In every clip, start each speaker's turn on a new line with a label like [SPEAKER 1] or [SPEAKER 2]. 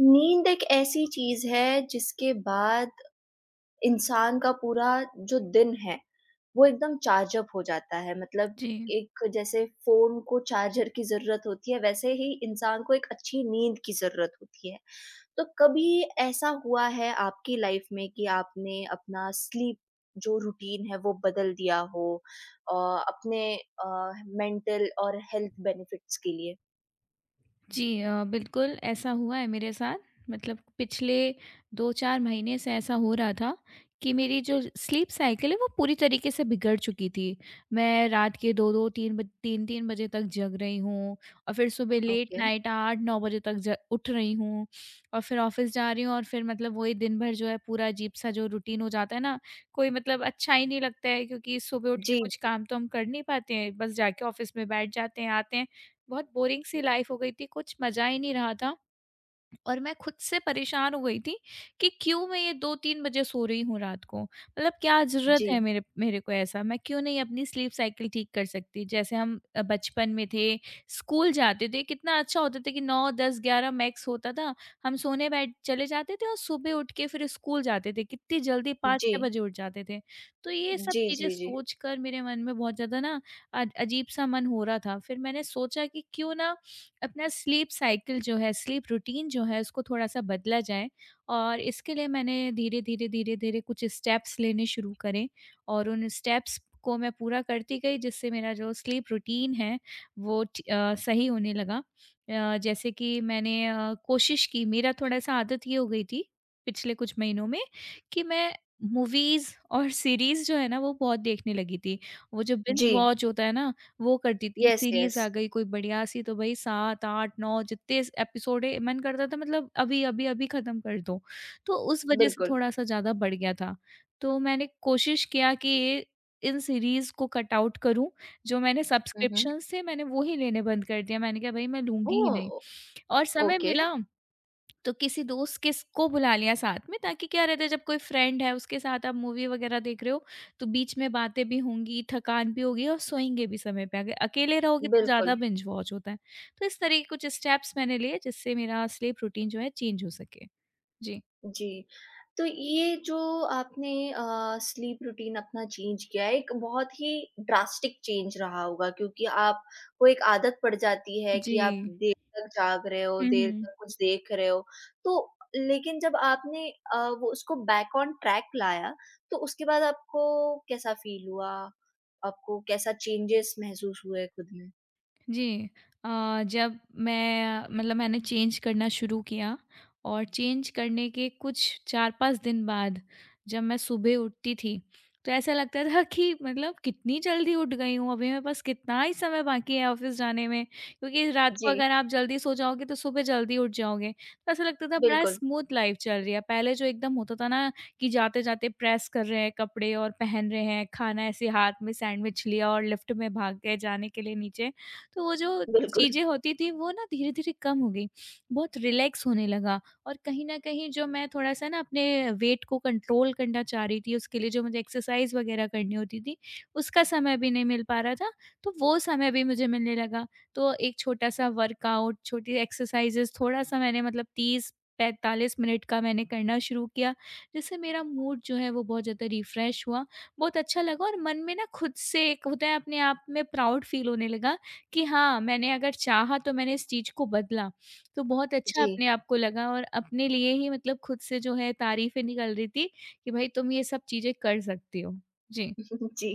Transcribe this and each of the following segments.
[SPEAKER 1] नींद एक ऐसी चीज है जिसके बाद इंसान का पूरा जो दिन है वो एकदम चार्ज अप हो जाता है, मतलब
[SPEAKER 2] जी।
[SPEAKER 1] एक जैसे फोन को चार्जर की जरूरत होती है, वैसे ही इंसान को एक अच्छी नींद की जरूरत होती है। तो कभी ऐसा हुआ है आपकी लाइफ में कि आपने अपना स्लीप जो रूटीन है वो बदल दिया हो, अ, अपने मेंटल और हेल्थ बेनिफिट्स के लिए?
[SPEAKER 2] जी बिल्कुल ऐसा हुआ है मेरे साथ। मतलब पिछले 2-4 महीने से ऐसा हो रहा था कि मेरी जो स्लीप साइकिल है वो पूरी तरीके से बिगड़ चुकी थी। मैं रात के 2-2 3 बज 3-3 बजे तक जग रही हूँ और फिर सुबह लेट
[SPEAKER 1] ओके।
[SPEAKER 2] नाइट 8-9 बजे तक ज उठ रही हूँ और फिर ऑफ़िस जा रही हूँ, और फिर मतलब वही दिन भर जो है पूरा अजीब-सा जो रूटीन हो जाता है ना, कोई मतलब अच्छा ही नहीं लगता है, क्योंकि सुबह उठ के
[SPEAKER 1] जी,
[SPEAKER 2] कुछ काम तो हम कर नहीं पाते हैं, बस जाके ऑफ़िस में बैठ जाते हैं, आते हैं। बहुत बोरिंग सी लाइफ हो गई थी, कुछ मज़ा ही नहीं रहा था और मैं खुद से परेशान हो गई थी कि क्यों मैं ये 2-3 बजे सो रही हूँ रात को। मतलब क्या ज़रूरत
[SPEAKER 1] जी,
[SPEAKER 2] है मेरे मेरे को ऐसा? मैं क्यों नहीं अपनी स्लीप साइकिल ठीक कर सकती? जैसे हम बचपन में थे, स्कूल जाते थे, कितना अच्छा होता था कि 9, 10, 11 मैक्स होता था। हम सोने बैठ चले जाते थे और सुबह उठ के फिर स्कूल जाते थे, कितनी जल्दी
[SPEAKER 1] जी,
[SPEAKER 2] 5-6 बजे उठ जाते थे। तो ये सब
[SPEAKER 1] जी, जी,
[SPEAKER 2] चीज़ें
[SPEAKER 1] जी,
[SPEAKER 2] सोच कर मेरे मन में बहुत ज़्यादा ना अजीब-सा मन हो रहा था। फिर मैंने सोचा कि क्यों ना अपना स्लीप साइकिल जो है, स्लीप रूटीन जो है, उसको थोड़ा-सा बदला जाए, और इसके लिए मैंने धीरे-धीरे, धीरे-धीरे कुछ स्टेप्स लेने शुरू करे और उन स्टेप्स को मैं पूरा करती गई, जिससे मेरा जो स्लीप रूटीन है, वो सही होने लगा। जैसे कि मैंने कोशिश की। मेरा थोड़ा-सा आदत ये हो गई थी, पिछले कुछ महीनों में, कि मैं मूवीज़ और सीरीज़ जो है ना, वो बहुत देखने लगी थी। वो जो बिंज
[SPEAKER 1] जी,
[SPEAKER 2] वॉच होता है ना, वो करती थी।
[SPEAKER 1] यस, यस,
[SPEAKER 2] सीरीज़ आ गई कोई बढ़िया सी तो भई 7, 8, 9 जितने एपिसोड है मन करता था मतलब अभी ख़त्म कर दो। तो उस वज़ह से
[SPEAKER 1] बिल्कुल।
[SPEAKER 2] थोड़ा-सा ज़्यादा बढ़ गया था। तो मैंने कोशिश किया कि ये इन सीरीज़ को कट आउट करूँ। जो मैंने
[SPEAKER 1] हुँ, हुँ।
[SPEAKER 2] सब्सक्रिप्शंस थे मैंने वो ही लेने बंद कर दिया। मैंने कहा भई मैं लूँगी ही नहीं
[SPEAKER 1] ओह!
[SPEAKER 2] और समय
[SPEAKER 1] ओके,
[SPEAKER 2] मिला तो किसी दोस्त किस को बुला लिया साथ में, ताकि क्या रहता है जब कोई फ्रेंड है उसके साथ आप मूवी वगैरह देख रहे हो, तो बीच में बातें भी होंगी, थकान भी होगी और सोएँगे भी समय पे। अगर अकेले रहोगे तो
[SPEAKER 1] बिल्कुल,
[SPEAKER 2] ज़्यादा बिंज वॉच होता है। तो इस तरह के कुछ स्टेप्स मैंने लिए जिससे मेरा स्लीप रूटीन जो है चेंज हो सके। जी।
[SPEAKER 1] जी। तो ये जो आपने स्लीप रूटीन अपना चेंज किया है, एक बहुत ही ड्रास्टिक चेंज रहा होगा, क्योंकि आपको एक आदत पड़ जाती है
[SPEAKER 2] जी।
[SPEAKER 1] कि आप देर तक जाग रहे हो,
[SPEAKER 2] हुँ,
[SPEAKER 1] देर
[SPEAKER 2] हुँ।
[SPEAKER 1] तक कुछ देख रहे हो। तो लेकिन जब आपने वो उसको बैक ऑन ट्रैक लाया, तो उसके बाद आपको कैसा फ़ील हुआ? आपको कैसा चेंजेस महसूस हुए खुद में?
[SPEAKER 2] जी। अ, जब मैं मैंने चेंज करना शुरू किया और चेंज करने के कुछ 4-5 दिन बाद जब मैं सुबह उठती थी, तो ऐसा लगता था कि मतलब कितनी जल्दी उठ गई हूँ, अभी मेरे पास कितना ही समय बाकी है ऑफ़िस जाने में। क्योंकि रात को
[SPEAKER 1] जी,
[SPEAKER 2] अगर आप जल्दी सो जाओगे तो सुबह जल्दी उठ जाओगे। तो ऐसा लगता था बड़ा
[SPEAKER 1] बिल्कुल।
[SPEAKER 2] स्मूथ लाइफ़ चल रही है। पहले जो एकदम होता था ना, कि जाते-जाते प्रेस कर रहे हैं कपड़े और पहन रहे हैं, खाना ऐसे हाथ में सैंडविच लिया और लिफ्ट में भाग गए जाने के लिए नीचे, तो वो जो
[SPEAKER 1] बिल्कुल।
[SPEAKER 2] चीज़ें होती थी वो ना धीरे-धीरे कम हो गई। बहुत रिलैक्स होने लगा, और कहीं न कहीं जो मैं थोड़ा-सा ना अपने वेट को कंट्रोल करना चाह रही थी, उसके लिए जो मुझे एक्सरसाइज़ वगैरह करनी होती थी, उसका समय भी नहीं मिल पा रहा था, तो वो समय भी मुझे मिलने लगा। तो एक छोटा-सा वर्कआउट, छोटी एक्सरसाइज़ेज़ थोड़ा-सा मैंने मतलब 30-45 मिनट का मैंने करना शुरू किया, जिससे मेरा मूड जो है वो बहुत ज़्यादा रिफ्रेश हुआ। बहुत अच्छा लगा और मन में ना खुद से एक होता है अपने आप में प्राउड फ़ील होने लगा कि हाँ, मैंने अगर चाहा तो मैंने इस चीज़ को बदला। तो बहुत अच्छा
[SPEAKER 1] जी।
[SPEAKER 2] अपने आप को लगा और अपने लिए ही मतलब खुद से जो है तारीफ़ें निकल रही थी कि भाई तुम ये सब चीज़ें कर सकती हो। जी,
[SPEAKER 1] जी।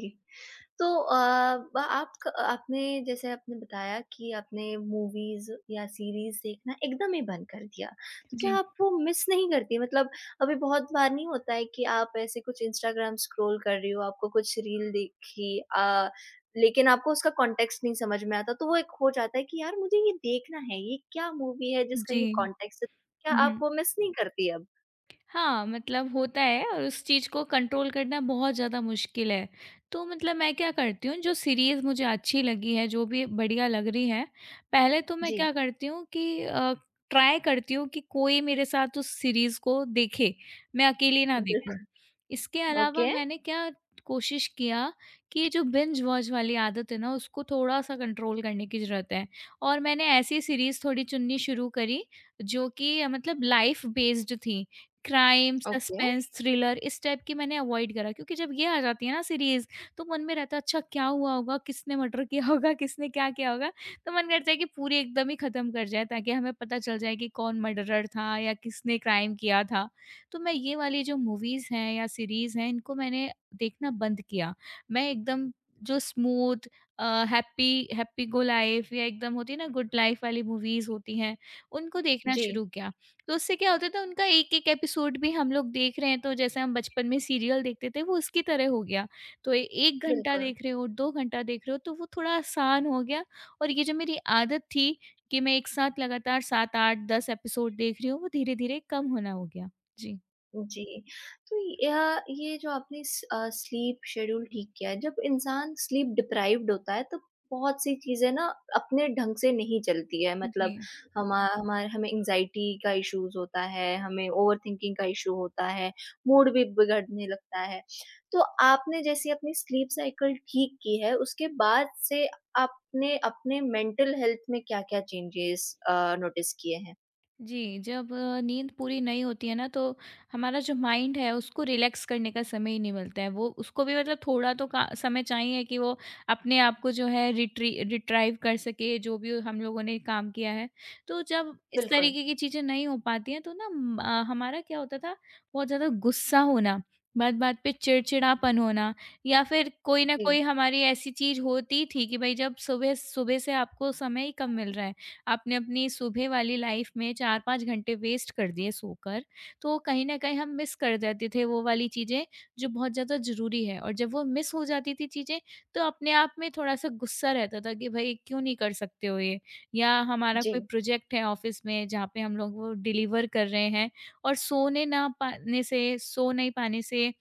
[SPEAKER 1] तो अ, ब आप क आपने जैसे आपने बताया कि आपने मूवीज़ या सीरीज़ देखना एकदम ही बंद कर दिया। तो क्या
[SPEAKER 2] जी,
[SPEAKER 1] आप वो मिस नहीं करती? मतलब अभी बहुत बार नहीं होता है कि आप ऐसे कुछ इंस्टाग्राम स्क्रॉल कर रही हो, आपको कुछ रील देखी, अ, लेकिन आपको उसका कॉन्टेक्स्ट नहीं समझ में आता, तो वो एक हो जाता है कि यार मुझे ये देखना है, ये क्या मूवी है जिसका
[SPEAKER 2] जी।
[SPEAKER 1] ये कॉन्टेक्स्ट है? क्या
[SPEAKER 2] हुँ,
[SPEAKER 1] आप
[SPEAKER 2] हुँ।
[SPEAKER 1] वो मिस नहीं करती अब?
[SPEAKER 2] हाँ, मतलब होता है और उस चीज़ को कंट्रोल करना बहुत ज़्यादा मुश्किल है। तो मतलब मैं क्या करती हूँ, जो सीरीज़ मुझे अच्छी लगी है, जो भी बढ़िया लग रही है, पहले तो मैं
[SPEAKER 1] जी।
[SPEAKER 2] क्या करती हूँ कि ट्राई करती हूँ कि कोई मेरे साथ उस सीरीज़ को देखे, मैं अकेली ना देखूँ।
[SPEAKER 1] बिल्कुल।
[SPEAKER 2] इसके अलावा
[SPEAKER 1] ओके,
[SPEAKER 2] मैंने क्या कोशिश किया कि ये जो बिंज वॉच वाली आदत है ना, उसको थोड़ा-सा कंट्रोल करने की ज़रूरत है, और मैंने ऐसी सीरीज़ थोड़ी चुननी शुरू करी, जो कि मतलब लाइफ़ बेस्ड थी। Crime,
[SPEAKER 1] okay.
[SPEAKER 2] सस्पेंस, थ्रिलर इस टाइप की मैंने अवॉइड करा, क्योंकि जब ये आ जाती है ना सीरीज़ तो मन में रहता है अच्छा क्या हुआ होगा? किसने मर्डर किया होगा? किसने क्या किया होगा? तो मन करता है कि पूरी एकदम ही खत्म कर जाए ताकि हमें पता चल जाए कि कौन मर्डरर था या किसने क्राइम किया था। तो मैं ये वाली जो मूवीज़ हैं या सीरीज़ हैं इनको मैंने देखना बंद किया। मैं एकदम जो smooth, happy happy go life या एकदम होती है ना गुड लाइफ वाली मूवीज़ होती हैं, उनको देखना
[SPEAKER 1] जी,
[SPEAKER 2] शुरू किया। तो उससे क्या होता था उनका एक-एक एपिसोड भी हम लोग देख रहे हैं तो जैसे हम बचपन में सीरियल देखते थे वो उसकी तरह हो गया। तो 1 घंटा
[SPEAKER 1] बिल्कुल।
[SPEAKER 2] देख रहे हो, 2 घंटा देख रहे हो तो वो थोड़ा आसान हो गया, और ये जो मेरी आदत थी कि मैं एक साथ लगातार 7, 8, 10 एपिसोड देख रही हूँ वो धीरे-धीरे कम होना हो गया। जी।
[SPEAKER 1] जी, तो यह ये जो आपने स्लीप शेड्यूल ठीक किया है, जब इंसान स्लीप डिप्राइव्ड होता है, तब बहुत सी चीज़ें ना अपने ढंग से नहीं चलती है। मतलब
[SPEAKER 2] जी,
[SPEAKER 1] हमा हमारे हमें एंग्ज़ायटी का इश्यूज़ होता है, हमें ओवरथिंकिंग का इश्यू होता है, मूड भी बिगड़ने लगता है। तो आपने जैसे अपनी स्लीप साइकिल ठीक की है, उसके बाद से आपने अपने मेंटल हेल्थ में क्या-क्या चेंजेस नोटिस किए हैं?
[SPEAKER 2] जी, जब नींद पूरी नहीं होती है ना तो हमारा जो माइंड है उसको रिलैक्स करने का समय ही नहीं मिलता है। वो उसको भी मतलब थोड़ा तो का समय चाहिए कि वो अपने आप को जो है रिट्री रिट्राइव कर सके, जो भी हम लोगों ने काम किया है। तो जब इस
[SPEAKER 1] बिल्कुल,
[SPEAKER 2] तरीके की चीज़ें नहीं हो पाती हैं तो ना हमारा क्या होता था, बहुत ज़्यादा गुस्सा होना, बात-बात पे चिड़चिड़ापन होना, या फिर कोई न
[SPEAKER 1] जी,
[SPEAKER 2] कोई हमारी ऐसी चीज़ होती थी कि भई जब सुबह सुबह से आपको समय ही कम मिल रहा है। आपने अपनी सुबह वाली लाइफ में 4-5 घंटे वेस्ट कर दिए सोकर, तो कहीं न कहीं हम मिस कर जाते थे वो वाली चीज़ें जो बहुत ज़्यादा ज़रूरी है, और जब वो मिस हो जाती थी चीज़ें, तो अपने आप में थोड़ा-सा गुस्सा रहता था कि भई क्यों नहीं कर सकते हो ये? या हमारा कोई
[SPEAKER 1] जी,
[SPEAKER 2] प्रोजेक्ट है ऑफ़िस में जहाँ पे हम लोग वो डिलीवर कर रहे हैं, और सोने ना पाने से, सो नहीं पाने से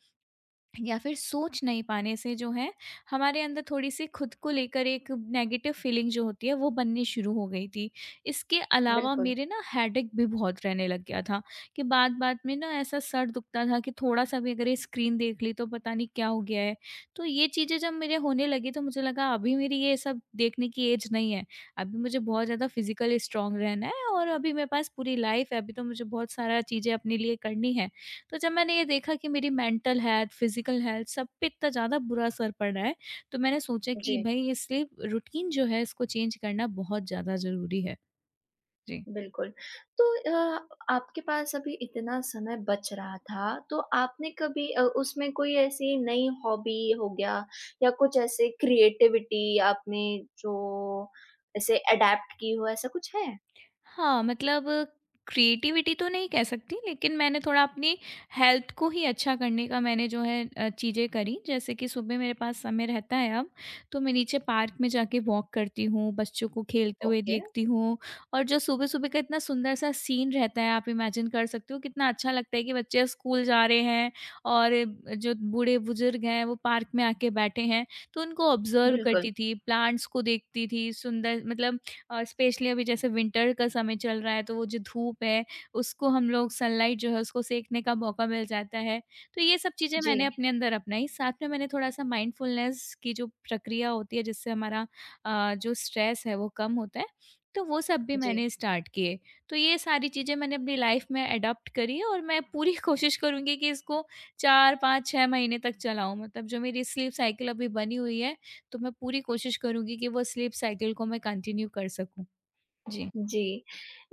[SPEAKER 2] या फिर सोच नहीं पाने से जो है हमारे अंदर थोड़ी-सी खुद को लेकर एक नेगेटिव फीलिंग जो होती है वो बननी शुरू हो गई थी। इसके अलावा
[SPEAKER 1] बिल्कुल,
[SPEAKER 2] मेरे ना हेडेक भी बहुत रहने लग गया था कि बात-बात में ना ऐसा सर दुखता था कि थोड़ा-सा भी अगर ये स्क्रीन देख ली तो पता नहीं क्या हो गया है। तो ये चीज़ें जब मेरे होने लगी तो मुझे लगा अभी मेरी ये सब देखने की एज नहीं है। अभी मुझे बहुत ज़्यादा फिज़िकली स्ट्रॉन्ग रहना है और अभी मेरे पास पूरी लाइफ़ है, अभी तो मुझे बहुत सारा चीज़ें अपने लिए करनी है। तो जब मैंने ये देखा कि मेरी मेंटल हेल्थ, फिज़िकल हेल्थ सब पे इतना ज़्यादा बुरा असर पड़ रहा है, तो मैंने सोचा कि
[SPEAKER 1] जी।
[SPEAKER 2] भई इसलिए रूटीन जो है इसको चेंज करना बहुत ज़्यादा ज़रूरी है। जी।
[SPEAKER 1] बिल्कुल। तो अ, आपके पास अभी इतना समय बच रहा था, तो आपने कभी उसमें कोई ऐसी नई हॉबी हो गया या कुछ ऐसे क्रिएटिविटी आपने जो ऐसे अडैप्ट की हो, ऐसा कुछ है?
[SPEAKER 2] हाँ, मतलब क्रिएटिविटी तो नहीं कह सकती, लेकिन मैंने थोड़ा अपनी हेल्थ को ही अच्छा करने का मैंने जो है चीज़ें करी। जैसे कि सुबह मेरे पास समय रहता है अब, तो मैं नीचे पार्क में जाके वॉक करती हूँ, बच्चों को खेलते हुए
[SPEAKER 1] ओके,
[SPEAKER 2] देखती हूँ, और जो सुबह-सुबह का इतना सुंदर-सा सीन रहता है, आप इमेजिन कर सकते हो, कितना अच्छा लगता है कि बच्चे स्कूल जा रहे हैं और जो बूढ़े-बुज़ुर्ग हैं, वो पार्क में आके बैठे हैं। तो उनको ऑब्ज़र्व
[SPEAKER 1] बिल्कुल।
[SPEAKER 2] करती थी, प्लांट्स को देखती थी, सुंदर मतलब, स्पेशली अभी जैसे विंटर का समय चल रहा है तो वो जो धूप है उसको हम लोग सनलाइट जो है उसको सेकने का मौका मिल जाता है। तो ये सब चीज़ें मैंने
[SPEAKER 1] जी,
[SPEAKER 2] अपने अंदर अपनाई, साथ में मैंने थोड़ा-सा माइंडफुलनेस की जो प्रक्रिया होती है जिससे हमारा जो स्ट्रेस है वो कम होता है, तो वो सब भी
[SPEAKER 1] जी।
[SPEAKER 2] मैंने स्टार्ट किए। तो ये सारी चीज़ें मैंने अपनी लाइफ़ में एडॉप्ट करी है, और मैं पूरी कोशिश करूँगी कि इसको 4, 5, 6 महीने तक चलाऊँ। मतलब जो मेरी स्लीप साइकिल अभी बनी हुई है, तो मैं पूरी कोशिश करूँगी कि वो स्लीप साइकिल को मैं कंटिन्यू कर सकूँ। जी।
[SPEAKER 1] जी,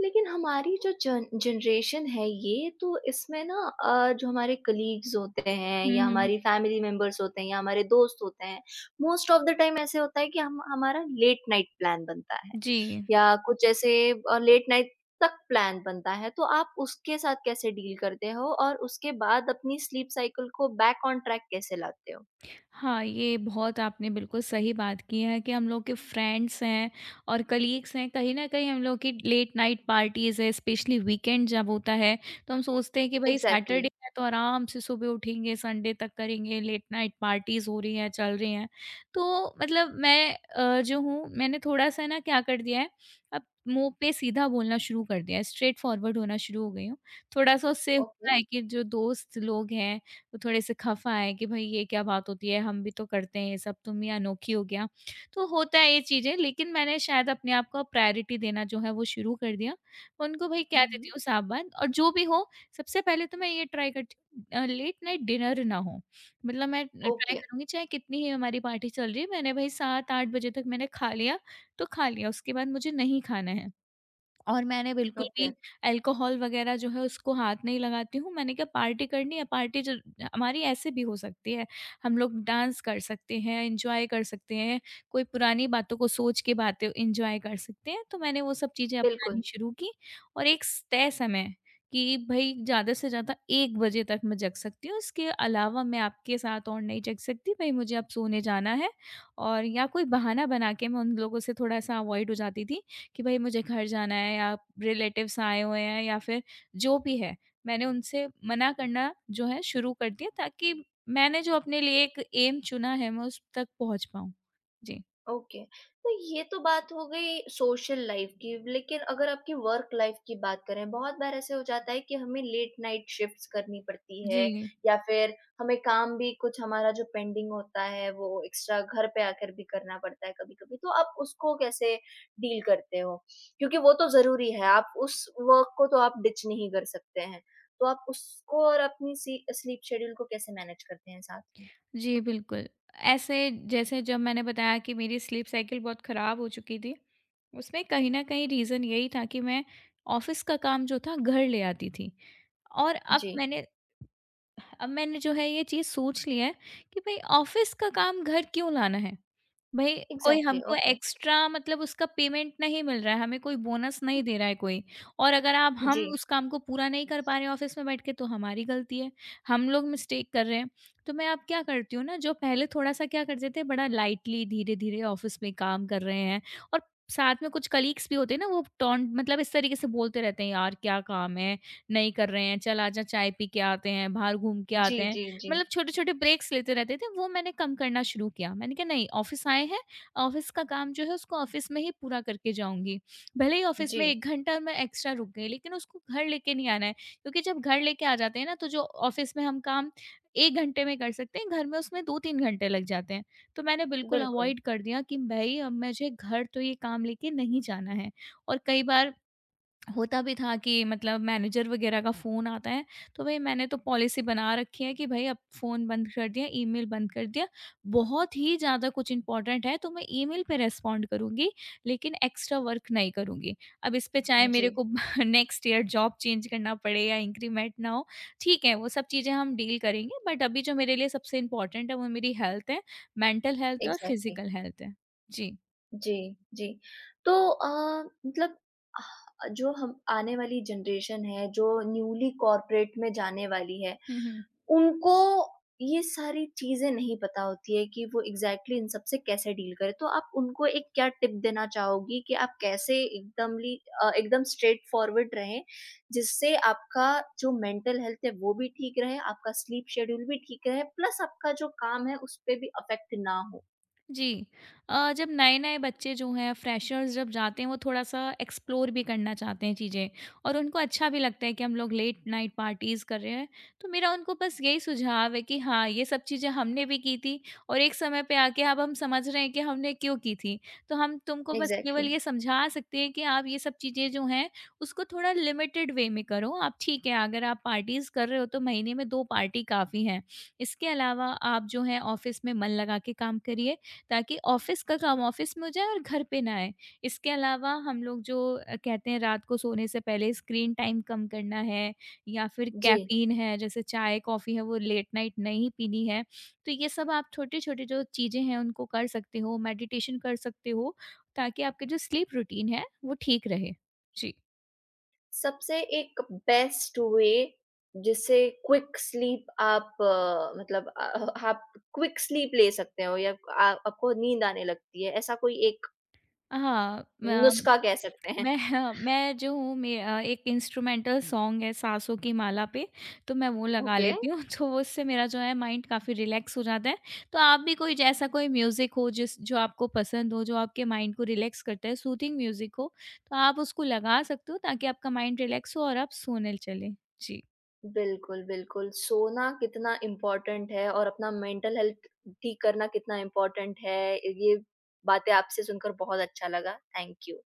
[SPEAKER 1] लेकिन हमारी जो जन जनरेशन है, ये तो इसमें ना जो हमारे कलीग्स होते हैं
[SPEAKER 2] हुँ,
[SPEAKER 1] या
[SPEAKER 2] हुँ।
[SPEAKER 1] हमारी फैमिली मेंबर्स होते हैं या हमारे दोस्त होते हैं, मोस्ट ऑफ द टाइम ऐसे होता है कि हम हमारा लेट नाइट प्लान बनता है
[SPEAKER 2] जी।
[SPEAKER 1] या कुछ ऐसे लेट नाइट तक प्लान बनता है, तो आप उसके साथ कैसे डील करते हो और उसके बाद अपनी स्लीप साइकिल को बैक ऑन ट्रैक कैसे लाते हो?
[SPEAKER 2] हाँ, ये बहुत आपने बिल्कुल सही बात की है कि हम लोग के फ्रेंड्स हैं और कलीग्स हैं, कहीं न कहीं हम लोग की लेट नाइट पार्टीज़ है, स्पेशली वीकेंड जब होता है, तो हम सोचते हैं कि भई सैटरडे
[SPEAKER 1] एग्ज़ैक्टली,
[SPEAKER 2] है, तो आराम से सुबह उठेंगे, संडे तक करेंगे, लेट नाइट पार्टीज़ हो रही हैं, चल रही हैं। तो मतलब मैं जो हूँ, मैंने थोड़ा-सा ना क्या कर दिया है, अब मुँह पे सीधा बोलना शुरू कर दिया है, स्ट्रेट फॉरवर्ड होना शुरू हो गई हूँ। थोड़ा-सा उससे
[SPEAKER 1] ओके,
[SPEAKER 2] हुआ है कि जो दोस्त लोग हैं, वो थोड़े से खफ़ा आए कि भई ये क्या बात होती है, हम भी तो करते हैं ये सब, तुम ये अनोखी हो क्या? तो होता है ये चीज़ें, लेकिन मैंने शायद अपने आप को प्रायोरिटी देना जो है वो शुरू कर दिया। मैं उनको भई कह
[SPEAKER 1] हुँ,
[SPEAKER 2] देती
[SPEAKER 1] हुँ,
[SPEAKER 2] हूँ साफ-बात, और जो भी हो सबसे पहले तो मैं ये ट्राई करती हूँ लेट नाइट डिनर ना हो। मतलब मैं ट्राई
[SPEAKER 1] ओके,
[SPEAKER 2] करूँगी चाहे कितनी ही हमारी पार्टी चल रही है, मैंने भई 7-8 बजे तक मैंने खा लिया, तो खा लिया, उसके बाद मुझे नहीं खाना है। और मैंने बिल्कुल
[SPEAKER 1] ओके,
[SPEAKER 2] भी अल्कोहल वगैरह जो है, उसको हाथ नहीं लगाती हूँ। मैंने कहा पार्टी करनी है, पार्टी ज हमारी ऐसे भी हो सकती है। हम लोग डांस कर सकते हैं, एन्जॉय कर सकते हैं, कोई पुरानी बातों को सोच के बातें एन्जॉय कर सकते हैं। तो मैंने वो सब चीज़ें अपनानी
[SPEAKER 1] बिल्कुल।
[SPEAKER 2] शुरू की, और एक स तय समय, कि भई ज़्यादा से ज़्यादा 1 बजे तक मैं जग सकती हूँ, इसके अलावा मैं आपके साथ और नहीं जग सकती, भई मुझे अब सोने जाना है। और या कोई बहाना बना के मैं उन लोगों से थोड़ा-सा अवॉइड हो जाती थी कि भाई मुझे घर जाना है, या रिलेटिव्स आए हुए हैं, या फिर जो भी है, मैंने उनसे मना करना जो है शुरू कर दिया, ताकि मैंने जो अपने लिए एक एम चुना है, मैं उस तक पहुँच पाऊँ। जी।
[SPEAKER 1] ओके, तो ये तो बात हो गई सोशल लाइफ की, लेकिन अगर आपकी वर्क लाइफ की बात करें, बहुत बार ऐसे हो जाता है कि हमें लेट नाइट शिफ्ट्स करनी पड़ती है
[SPEAKER 2] जी।
[SPEAKER 1] या फिर हमें काम भी कुछ हमारा जो पेंडिंग होता है वो एक्स्ट्रा घर पे आकर भी करना पड़ता है कभी कभी, तो आप उसको कैसे डील करते हो? क्योंकि वो तो जरूरी है, आप उस वर्क को तो आप डिच नहीं कर सकते हैं, तो आप उसको और अपनी स्लीप शेड्यूल को कैसे मैनेज करते हैं साथ में?
[SPEAKER 2] जी, बिल्कुल। ऐसे जैसे जब मैंने बताया कि मेरी स्लीप साइकिल बहुत ख़राब हो चुकी थी, उसमें कहीं न कहीं रीज़न यही था कि मैं ऑफ़िस का काम जो था घर ले आती थी। और अब
[SPEAKER 1] जी।
[SPEAKER 2] मैंने अब मैंने जो है ये चीज़ सोच ली है कि भई ऑफ़िस का काम घर क्यों लाना है? भई कोई
[SPEAKER 1] एग्जैक्टली।
[SPEAKER 2] हमको
[SPEAKER 1] ओके।
[SPEAKER 2] एक्स्ट्रा, मतलब उसका पेमेंट नहीं मिल रहा है, हमें कोई बोनस नहीं दे रहा है कोई। और अगर आप
[SPEAKER 1] जी।
[SPEAKER 2] हम उस काम को पूरा नहीं कर पा रहे हैं ऑफ़िस में बैठ के, तो हमारी गलती है, हम लोग मिस्टेक कर रहे हैं। तो मैं अब क्या करती हूँ ना, जो पहले थोड़ा-सा क्या करते थे, बड़ा लाइटली धीरे-धीरे ऑफ़िस में काम कर रहे हैं, और साथ में कुछ कलीग्स भी होते हैं ना, वो टॉन्ट, मतलब इस तरीके से बोलते रहते हैं, "यार क्या काम है? नहीं कर रहे हैं, चल आजा चाय पी के आते हैं, बाहर घूम के
[SPEAKER 1] जी,
[SPEAKER 2] आते हैं।"
[SPEAKER 1] जी, जी,
[SPEAKER 2] मतलब छोटे-छोटे ब्रेक्स लेते रहते थे, वो मैंने कम करना शुरू किया। मैंने कहा नहीं, ऑफ़िस आए हैं, ऑफ़िस का काम जो है उसको ऑफ़िस में ही पूरा करके जाऊँगी। भले ही ऑफ़िस
[SPEAKER 1] जी,
[SPEAKER 2] में 1 घंटा मैं एक्स्ट्रा रुक गई, लेकिन उसको घर लेके नहीं आना है। क्योंकि जब घर लेके आ जाते हैं ना, तो जो ऑफ़िस में हम काम 1 घंटे में कर सकते हैं, घर में उसमें 2-3 घंटे लग जाते हैं। तो मैंने बिल्कुल
[SPEAKER 1] बिल्कुल,
[SPEAKER 2] अवॉइड कर दिया कि भई अब मुझे घर तो ये काम लेके नहीं जाना है। और कई बार होता भी था कि, मतलब, मैनेजर वगैरह का फ़ोन आता है, तो भई मैंने तो पॉलिसी बना रखी है कि भई अब फ़ोन बंद कर दिया, ईमेल बंद कर दिया। बहुत ही ज़्यादा कुछ इम्पोर्टेंट है तो मैं ईमेल पे रेस्पॉन्ड करूँगी, लेकिन एक्स्ट्रा वर्क नहीं करूँगी। अब इस पे चाहे
[SPEAKER 1] जी,
[SPEAKER 2] मेरे को नेक्स्ट ईयर जॉब चेंज करना पड़े या इंक्रीमेंट ना हो, ठीक है, वो सब चीज़ें हम डील करेंगे, बट अभी जो मेरे लिए सबसे इम्पोर्टेंट है वो मेरी हेल्थ है, मेंटल हेल्थ है और
[SPEAKER 1] एग्ज़ैक्टली,
[SPEAKER 2] फिज़िकल हेल्थ है। जी।
[SPEAKER 1] जी, जी। तो मतलब ह जो हम आने वाली जनरेशन है, जो न्यूली कॉर्पोरेट में जाने वाली है,
[SPEAKER 2] हुँ, हुँ।
[SPEAKER 1] उनको ये सारी चीज़ें नहीं पता होती है कि वो एग्ज़ैक्टली इन सब से कैसे डील करें। तो आप उनको एक क्या टिप देना चाहोगी कि आप कैसे एकदम स्ट्रेट फॉरवर्ड रहें, जिससे आपका जो मेंटल हेल्थ है वो भी ठीक रहे, आपका स्लीप शेड्यूल भी ठीक रहे, प्लस आपका जो काम है उस पे भी अफ़ेक्ट ना हो?
[SPEAKER 2] जी। जब नए-नए बच्चे जो हैं फ्रेशर्स जब जाते हैं, वो थोड़ा-सा एक्सप्लोर भी करना चाहते हैं चीज़ें, और उनको अच्छा भी लगता है कि हम लोग लेट नाइट पार्टीज़ कर रहे हैं। तो मेरा उनको बस यही सुझाव है कि हाँ, ये सब चीज़ें हमने भी की थी, और एक समय पे आके अब हम समझ रहे हैं कि हमने क्यों की थी। तो हम तुमको बस केवल
[SPEAKER 1] एग्ज़ैक्टली।
[SPEAKER 2] ये समझा सकते हैं कि आप ये सब चीज़ें जो हैं उसको थोड़ा लिमिटेड वे में करो। आप ठीक है, अगर आप पार्टीज़ कर रहे हो, तो महीने में 2 पार्टी काफ़ी हैं। इसके अलावा आप जो है ऑफ़िस में मन लगा के काम करिए, ताकि ऑफ़िस का काम ऑफ़िस में हो जाए और घर पे ना आए। इसके अलावा हम लोग जो कहते हैं, रात को सोने से पहले स्क्रीन टाइम कम करना है, या फिर
[SPEAKER 1] जी।
[SPEAKER 2] कैफ़ीन है, जैसे चाय, कॉफ़ी है, वो लेट नाइट नहीं पीनी है। तो ये सब आप छोटे-छोटे जो चीज़ें हैं उनको कर सकते हो, मेडिटेशन कर सकते हो, ताकि आपकी जो स्लीप रूटीन है वो ठीक रहे। जी।
[SPEAKER 1] सबसे एक बेस्ट वे जिससे क्विक स्लीप आप मतलब आप क्विक स्लीप ले सकते हो या आपको नींद आने लगती है, ऐसा कोई एक
[SPEAKER 2] हाँ। म
[SPEAKER 1] नुस्खा कह सकते हैं?
[SPEAKER 2] मैं, हाँ, मैं जो हूँ मैं एक इंस्ट्रूमेंटल सॉन्ग है सासों की माला पे, तो मैं वो लगा
[SPEAKER 1] ओके।
[SPEAKER 2] लेती हूँ। तो उससे मेरा जो है माइंड काफ़ी रिलैक्स हो जाता है। तो आप भी कोई, जैसा कोई म्यूज़िक हो जिस जो आपको पसंद हो, जो आपके माइंड को रिलैक्स करता है, सूथिंग म्यूज़िक हो, तो आप उसको लगा सकते हो, ताकि आपका माइंड रिलैक्स हो और आप सोने चलें। जी।
[SPEAKER 1] बिल्कुल बिल्कुल सोना कितना इम्पोर्टेंट है, और अपना मेंटल हेल्थ ठीक करना कितना इम्पोर्टेंट है, ये बातें आपसे सुनकर बहुत अच्छा लगा। Thank you.